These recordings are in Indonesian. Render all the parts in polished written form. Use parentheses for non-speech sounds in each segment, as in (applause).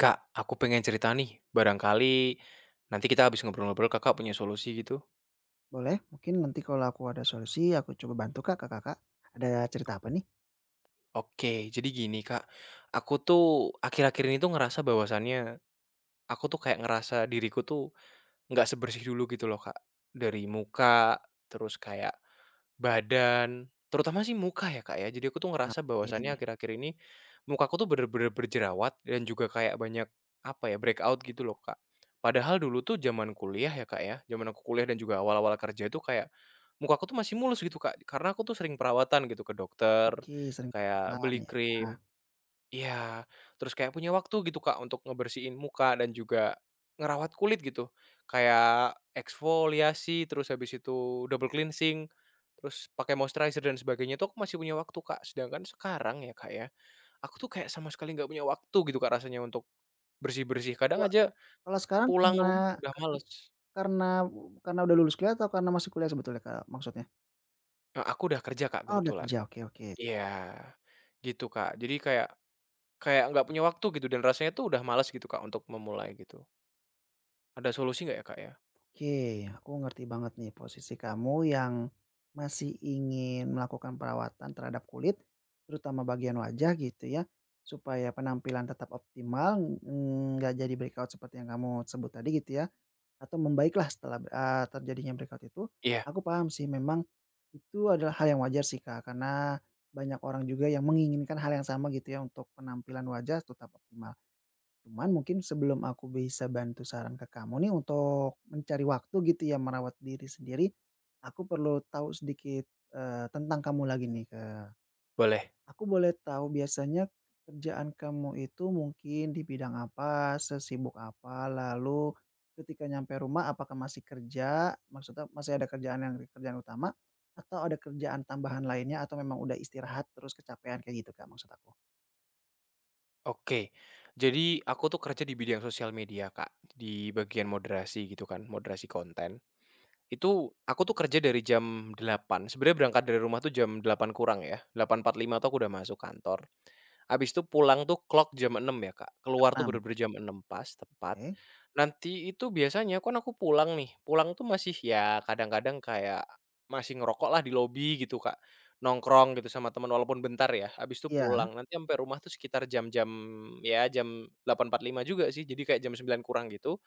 Kak, aku pengen cerita nih. Barangkali nanti kita habis ngobrol-ngobrol, Kakak punya solusi gitu. Boleh, mungkin nanti kalau aku ada solusi aku coba bantu Kak, ke Kakak. Ada cerita apa nih? Oke, jadi gini, Kak. Aku tuh akhir-akhir ini tuh ngerasa bahwasannya aku tuh kayak ngerasa diriku tuh nggak sebersih dulu gitu loh, Kak. Dari muka, terus kayak badan, terutama sih muka ya, Kak, ya. Jadi aku tuh Ah, ngerasa bahwasannya Oke akhir-akhir ini mukaku tuh bener-bener berjerawat dan juga kayak banyak, apa ya, breakout gitu loh, Kak. Padahal dulu tuh zaman kuliah ya, Kak, ya, zaman aku kuliah dan juga awal-awal kerja itu kayak mukaku tuh masih mulus gitu, Kak, karena aku tuh sering perawatan gitu ke dokter, oke, sering kayak rebutan beli ya. krim. Nah, Iya, terus kayak punya waktu gitu, Kak, untuk ngebersihin muka dan juga ngerawat kulit gitu. Kayak eksfoliasi, terus habis itu double cleansing, terus pakai moisturizer dan sebagainya. Tuh aku masih punya waktu, Kak. Sedangkan sekarang ya, Kak, ya, aku tuh kayak sama sekali nggak punya waktu gitu, Kak, rasanya untuk bersih-bersih. Kadang Kalau aja kalau sekarang pulang karena rumah udah karena males. karena karena udah lulus kuliah atau karena masih kuliah sebetulnya Kak, maksudnya? Aku udah kerja, Kak, Oh, udah kebetulan. kerja, oke oke. Iya, gitu, Kak. Jadi kayak kayak nggak punya waktu gitu dan rasanya tuh udah males gitu, Kak, untuk memulai gitu. Ada solusi nggak ya, Kak, ya? Oke, aku ngerti banget nih posisi kamu yang masih ingin melakukan perawatan terhadap kulit, terutama bagian wajah gitu ya, supaya penampilan tetap optimal, nggak jadi breakout seperti yang kamu sebut tadi gitu ya. Atau membaiklah setelah, terjadinya breakout itu, Iya, aku paham sih memang itu adalah hal yang wajar sih Kak, karena banyak orang juga yang menginginkan hal yang sama gitu ya untuk penampilan wajah tetap optimal. Cuman mungkin sebelum aku bisa bantu saran ke kamu nih untuk mencari waktu gitu ya merawat diri sendiri, aku perlu tahu sedikit, tentang kamu lagi nih, ke boleh. Aku boleh tahu biasanya kerjaan kamu itu mungkin di bidang apa, sesibuk apa, lalu ketika nyampe rumah apakah masih kerja? Maksudnya masih ada kerjaan yang kerjaan utama atau ada kerjaan tambahan lainnya atau memang udah istirahat terus kecapean kayak gitu, Kak, maksud aku? Oke. Jadi aku tuh kerja di bidang sosial media, Kak, di bagian moderasi gitu kan, moderasi konten. Itu, aku tuh kerja dari jam delapan, sebenarnya berangkat dari rumah tuh jam 8 kurang ya, 8.45 tuh aku udah masuk kantor. Habis itu pulang tuh clock jam enam ya, Kak, keluar tuh 6, bener-bener jam 6.00 pas, tepat. oke. Nanti itu biasanya kan aku pulang nih, pulang tuh masih ya kadang-kadang kayak masih ngerokok lah di lobi gitu, Kak, nongkrong gitu sama teman walaupun bentar ya, habis itu pulang. Iya, Nanti sampai rumah tuh sekitar jam-jam, ya jam 8.45 juga sih, jadi kayak jam 9 kurang gitu,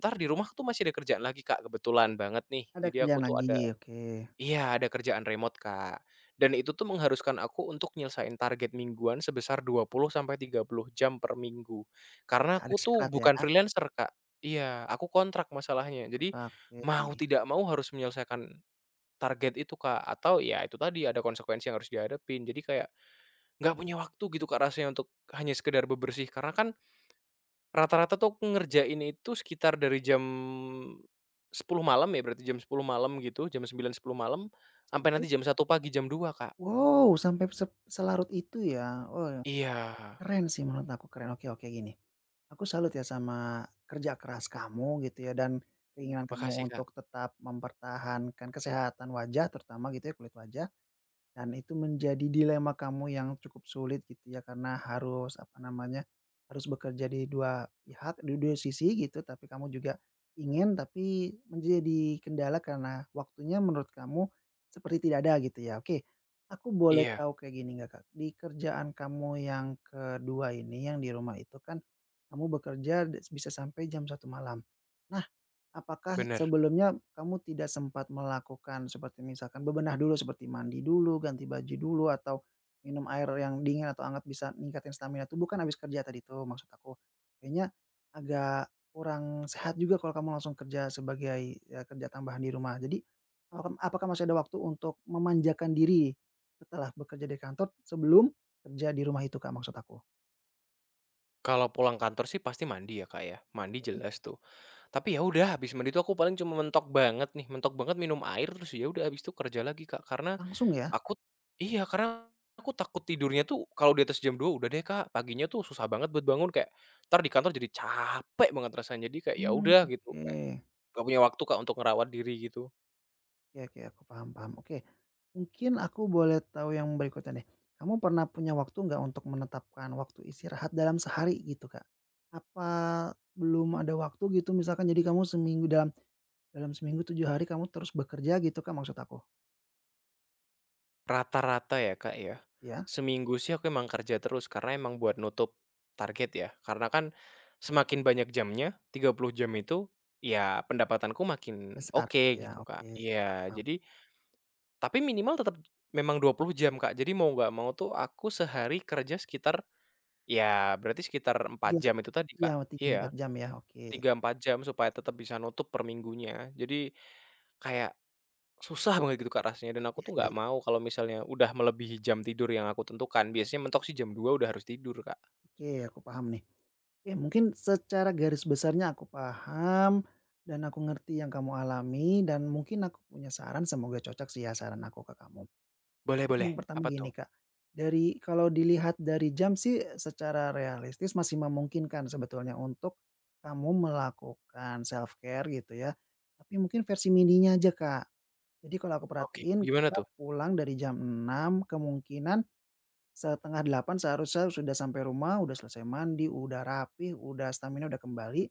ntar di rumah tuh masih ada kerjaan lagi, Kak, kebetulan banget nih. ada Jadi aku kerjaan tuh lagi, ada, oke. iya, ada kerjaan remote, Kak. Dan itu tuh mengharuskan aku untuk nyelesain target mingguan sebesar 20 sampai 30 jam per minggu. Karena Ada aku tuh syarat ya, bukan freelancer, Kak. Iya, aku kontrak masalahnya. Jadi kontrak, oke. mau tidak mau harus menyelesaikan target itu, Kak, atau ya itu tadi ada konsekuensi yang harus dihadapin. Jadi kayak nggak punya waktu gitu, Kak, rasanya untuk hanya sekedar bebersih. Karena kan rata-rata tuh aku ngerjain itu sekitar dari jam 10 malam ya, berarti jam 10 malam gitu, jam sembilan, sepuluh malam, sampai Sampai nanti jam satu pagi, jam dua, Kak. wow, sampai selarut itu ya? Oh. Iya, Keren sih menurut aku, keren. Oke oke gini, aku salut ya sama kerja keras kamu gitu ya dan keinginan makasih, kamu Kak. untuk tetap mempertahankan kesehatan wajah terutama gitu ya, kulit wajah. Dan itu menjadi dilema kamu yang cukup sulit gitu ya, karena harus, apa namanya, harus bekerja di dua pihak, di dua sisi gitu, tapi kamu juga ingin, tapi menjadi kendala karena waktunya menurut kamu seperti tidak ada gitu ya. Oke, aku boleh Iya, tahu kayak gini nggak Kak? Di kerjaan kamu yang kedua ini, yang di rumah itu kan kamu bekerja bisa sampai jam satu malam. Nah, apakah bener. sebelumnya kamu tidak sempat melakukan seperti misalkan bebenah dulu seperti mandi dulu, ganti baju dulu, atau minum air yang dingin atau hangat bisa ningkatin stamina tubuh kan habis kerja tadi tuh maksud aku. Kayaknya agak kurang sehat juga kalau kamu langsung kerja sebagai, ya kerja tambahan di rumah. Jadi, apakah apakah masih ada waktu untuk memanjakan diri setelah bekerja di kantor sebelum kerja di rumah itu Kak maksud aku? Kalau pulang kantor sih pasti mandi ya, Kak, ya, mandi Oke. jelas tuh. Tapi ya udah habis mandi tuh aku paling cuma mentok banget nih, mentok banget minum air, terus ya udah habis itu kerja lagi, Kak, karena Langsung ya? aku, iya, karena aku takut tidurnya tuh kalau di atas jam dua udah deh, Kak, paginya tuh susah banget buat bangun, kayak entar di kantor jadi capek banget rasanya. Jadi kayak ya Mmm. udah gitu, kayak Oke. gak punya waktu, Kak, untuk ngerawat diri gitu. Oke oke, aku paham paham. Oke, mungkin aku boleh tahu yang berikutnya nih. Kamu pernah punya waktu nggak untuk menetapkan waktu istirahat dalam sehari gitu, Kak? Apa belum ada waktu gitu misalkan jadi kamu seminggu dalam dalam seminggu 7 hari kamu terus bekerja gitu, Kak, maksud aku? Rata-rata ya, Kak, ya, Ya? seminggu sih aku emang kerja terus karena emang buat nutup target ya. Karena kan semakin banyak jamnya, 30 jam itu, ya pendapatanku makin Besar oke gitu ya, gitu, oke Kak. Iya, paham. jadi tapi minimal tetap memang 20 jam, Kak. Jadi mau nggak mau tuh aku sehari kerja sekitar. Ya, berarti sekitar empat Iya jam itu tadi, iya Kak. 3, Iya, 4 jam ya, oke. 3 4 jam supaya tetap bisa nutup per minggunya. Jadi, kayak susah banget gitu, Kak, rasanya dan aku Iya tuh iya nggak iya. mau kalau misalnya udah melebihi jam tidur yang aku tentukan. Biasanya mentok sih jam 2 udah harus tidur, Kak. Oke, aku paham nih. Ya mungkin secara garis besarnya aku paham, dan aku ngerti yang kamu alami dan mungkin aku punya saran semoga cocok sih ya saran aku ke kamu. Boleh, Mungkin boleh, yang pertama apa tuh? gini Kak, dari kalau dilihat dari jam sih secara realistis masih memungkinkan sebetulnya untuk kamu melakukan self care gitu ya, tapi mungkin versi mininya aja Kak. Jadi kalau aku Oke, perhatiin gimana Kakak tuh? pulang dari jam 6 kemungkinan setengah delapan seharusnya sudah sampai rumah, udah selesai mandi, udah rapi, udah stamina udah kembali.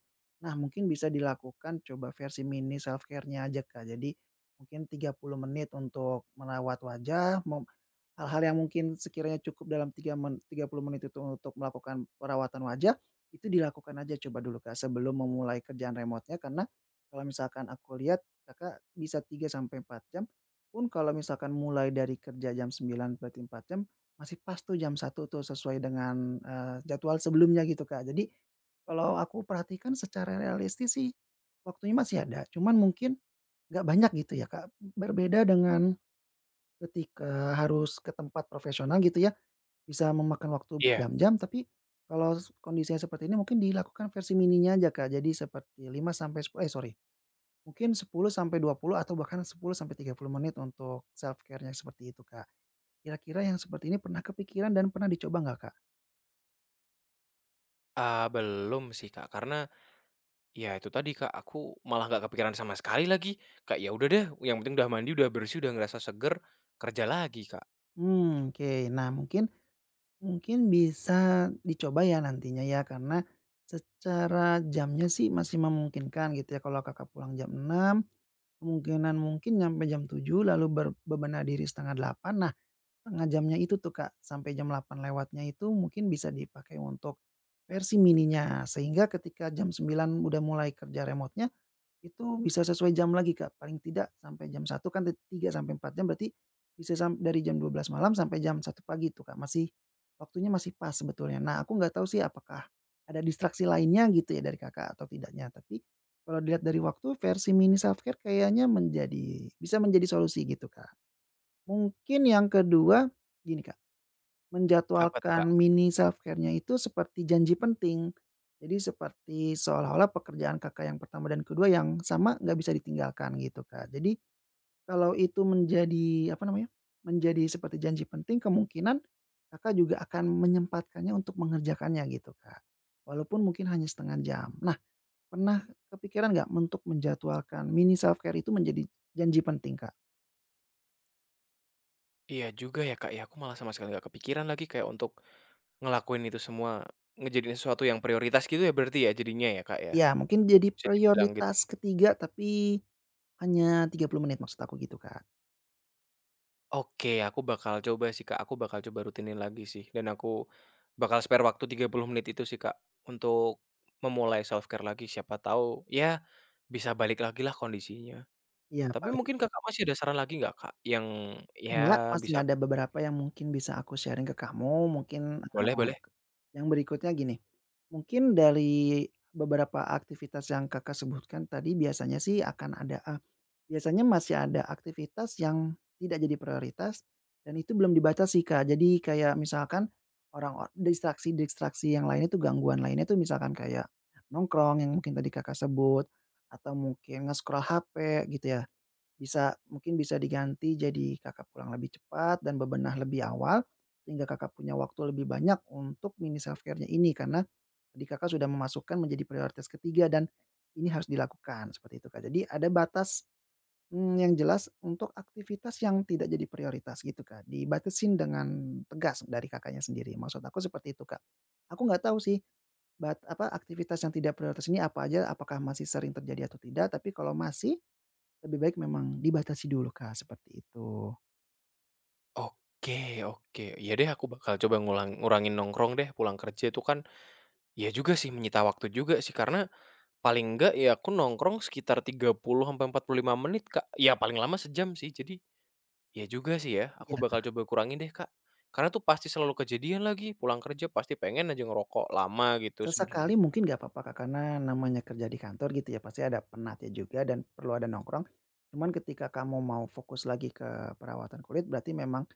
Nah mungkin bisa dilakukan coba versi mini self care-nya aja Kak. Jadi mungkin 30 menit untuk merawat wajah, hal-hal yang mungkin sekiranya cukup dalam 30 menit itu untuk melakukan perawatan wajah, itu dilakukan aja coba dulu, Kak, sebelum memulai kerjaan remote-nya karena kalau misalkan aku lihat Kakak bisa 3 sampai 4 jam, pun kalau misalkan mulai dari kerja jam 9 berarti 4 jam, masih pas tuh jam satu tuh sesuai dengan, jadwal sebelumnya gitu, Kak. Jadi, kalau aku perhatikan secara realistis sih, waktunya masih ada, cuman mungkin nggak banyak gitu ya, Kak, berbeda dengan ketika harus ke tempat profesional gitu ya, bisa memakan waktu Iya. berjam-jam, tapi kalau s kondisinya seperti ini mungkin dilakukan versi mininya aja, Kak. Jadi seperti 5 sampai sepuluh eh, sorry, mungkin 10 sampai 20 atau bahkan 10 sampai 30 menit untuk self-care-nya seperti itu, Kak. Kira-kira yang seperti ini pernah kepikiran dan pernah dicoba nggak, Kak? Belum sih, Kak, karena ya itu tadi, Kak, aku malah nggak kepikiran sama sekali lagi. Kak, ya udah deh, yang penting udah mandi, udah bersih, udah ngerasa seger, kerja lagi, Kak. Hmm oke. Nah, mungkin mungkin bisa dicoba ya nantinya ya, karena secara jamnya sih masih memungkinkan gitu ya, kalau Kakak pulang jam enam kemungkinan mungkin nyampe jam tujuh, lalu bebenah diri setengah delapan. Nah, tengah jamnya itu tuh, Kak, sampai jam delapan lewatnya itu mungkin bisa dipakai untuk versi mininya. Sehingga ketika jam sembilan udah mulai kerja remote itu bisa sesuai jam lagi, Kak, paling tidak sampai jam satu kan 3 sampai 4 jam berarti bisa sam dari jam dua belas malam sampai jam satu pagi itu Kak, masih waktunya masih pas sebetulnya. Nah, aku nggak tahu sih apakah ada distraksi lainnya gitu ya dari Kakak atau tidaknya, tapi kalau dilihat dari waktu versi mini self-care kayaknya bisa menjadi solusi gitu, Kak. Mungkin yang kedua gini, Kak. Apa tuh, Kak? Menjadwalkan mini self-care-nya itu seperti janji penting. Jadi seperti seolah-olah pekerjaan Kakak yang pertama dan kedua yang sama nggak bisa ditinggalkan gitu, Kak. Jadi kalau itu menjadi, apa namanya, menjadi seperti janji penting kemungkinan Kakak juga akan menyempatkannya untuk mengerjakannya gitu, Kak. Walaupun mungkin hanya setengah jam. Nah, pernah kepikiran nggak untuk menjadwalkan mini self-care itu menjadi janji penting, Kak? Iya juga ya, Kak, ya, aku malah sama sekali nggak kepikiran lagi kayak untuk ngelakuin itu semua, ngejadiin sesuatu yang prioritas gitu ya berarti ya jadinya ya, Kak, ya? Ya mungkin jadi Bisa dibilang gitu. prioritas ketiga tapi hanya 30 menit maksud aku gitu, Kak. Oke, aku bakal coba sih, Kak, aku bakal coba rutinin lagi sih dan aku bakal spare waktu 30 menit itu sih, Kak, untuk memulai self-care lagi, siapa tahu ya bisa balik lagi lah kondisinya. Iya Tapi paling mungkin Kakak masih ada saran lagi nggak, Kak, yang ya enggak, masih bisa, ada beberapa yang mungkin bisa aku sharing ke kamu, mungkin, Mhm. boleh boleh? yang berikutnya gini, mungkin dari beberapa aktivitas yang Kakak sebutkan tadi biasanya sih akan ada, biasanya masih ada aktivitas yang tidak jadi prioritas dan itu belum dibaca sih, Kak. Jadi kayak misalkan orang or distraksi-distraksi yang lainnya tuh, gangguan lainnya tuh misalkan kayak nongkrong yang mungkin tadi Kakak sebut, atau mungkin nge-scroll HP gitu ya. Bisa mungkin bisa diganti jadi Kakak pulang lebih cepat dan bebenah lebih awal, sehingga Kakak punya waktu lebih banyak untuk mini self care-nya ini, karena tadi Kakak sudah memasukkan menjadi prioritas ketiga dan ini harus dilakukan, seperti itu, Kak. Jadi ada batas, yang jelas untuk aktivitas yang tidak jadi prioritas gitu, Kak, dibatasin dengan tegas dari Kakaknya sendiri, maksud aku seperti itu, Kak. Aku nggak tahu sih aktivitas yang tidak prioritas ini apa aja, apakah masih sering terjadi atau tidak, tapi kalau masih lebih baik memang dibatasi dulu, Kak, seperti itu. Oke, oke, iya deh, aku bakal coba ngurangin nongkrong deh pulang kerja itu kan. Iya juga sih, menyita waktu juga sih, karena paling enggak ya aku nongkrong sekitar 30 sampai 45 menit, Kak. Ya paling lama sejam sih. Jadi, iya juga sih ya, aku Iya, bakal coba kurangin deh, Kak. Karena tuh pasti selalu kejadian lagi, pulang kerja pasti pengen aja ngerokok lama gitu sesekali sebenarnya. mungkin nggak apa-apa, Kak, karena namanya kerja di kantor gitu ya pasti ada penatnya juga dan perlu ada nongkrong. Cuman ketika kamu mau fokus lagi ke perawatan kulit berarti memang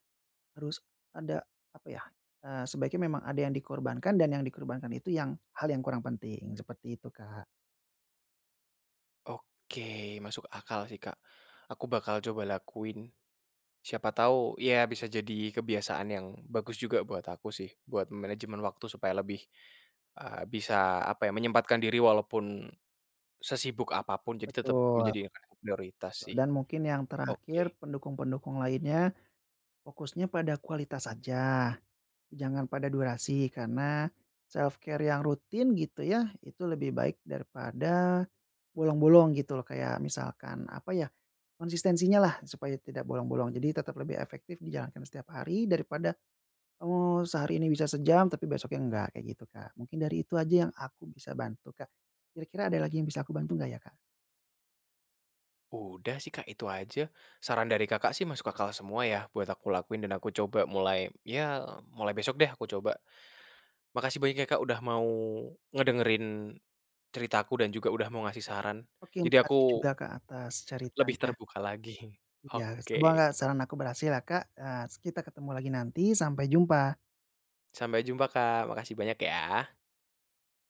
harus ada apa ya, sebaiknya memang ada yang dikorbankan dan yang dikorbankan itu yang hal yang kurang penting, seperti itu, Kak. Oke, masuk akal sih, Kak. Aku bakal coba lakuin. Siapa tahu ya bisa jadi kebiasaan yang bagus juga buat aku sih, buat manajemen waktu supaya lebih, bisa apa ya, menyempatkan diri walaupun sesibuk apapun, jadi tetap Betul, menjadi prioritas sih. dan mungkin yang terakhir Oke, pendukung-pendukung lainnya fokusnya pada kualitas saja. Jangan pada durasi karena self-care yang rutin gitu ya, itu lebih baik daripada bolong-bolong gitu loh, kayak misalkan apa ya, konsistensinya lah supaya tidak bolong-bolong. Jadi tetap lebih efektif dijalankan setiap hari daripada kamu sehari ini bisa sejam tapi besoknya enggak, kayak gitu, Kak. Mungkin dari itu aja yang aku bisa bantu, Kak. Kira-kira ada lagi yang bisa aku bantu nggak ya, Kak? udah sih, Kak, itu aja. Saran dari Kakak sih masuk akal semua ya buat aku lakuin dan aku coba mulai, ya mulai besok deh aku coba. Makasih banyak ya, Kak, udah mau ngedengerin ceritaku dan juga udah mau ngasih saran. Oke, Jadi makasih aku juga, Kak, atas lebih ceritanya. terbuka lagi. (laughs) Iya, Oke, semoga saran aku berhasil ya, Kak, kita ketemu lagi nanti, sampai jumpa. sampai jumpa, Kak, makasih banyak ya.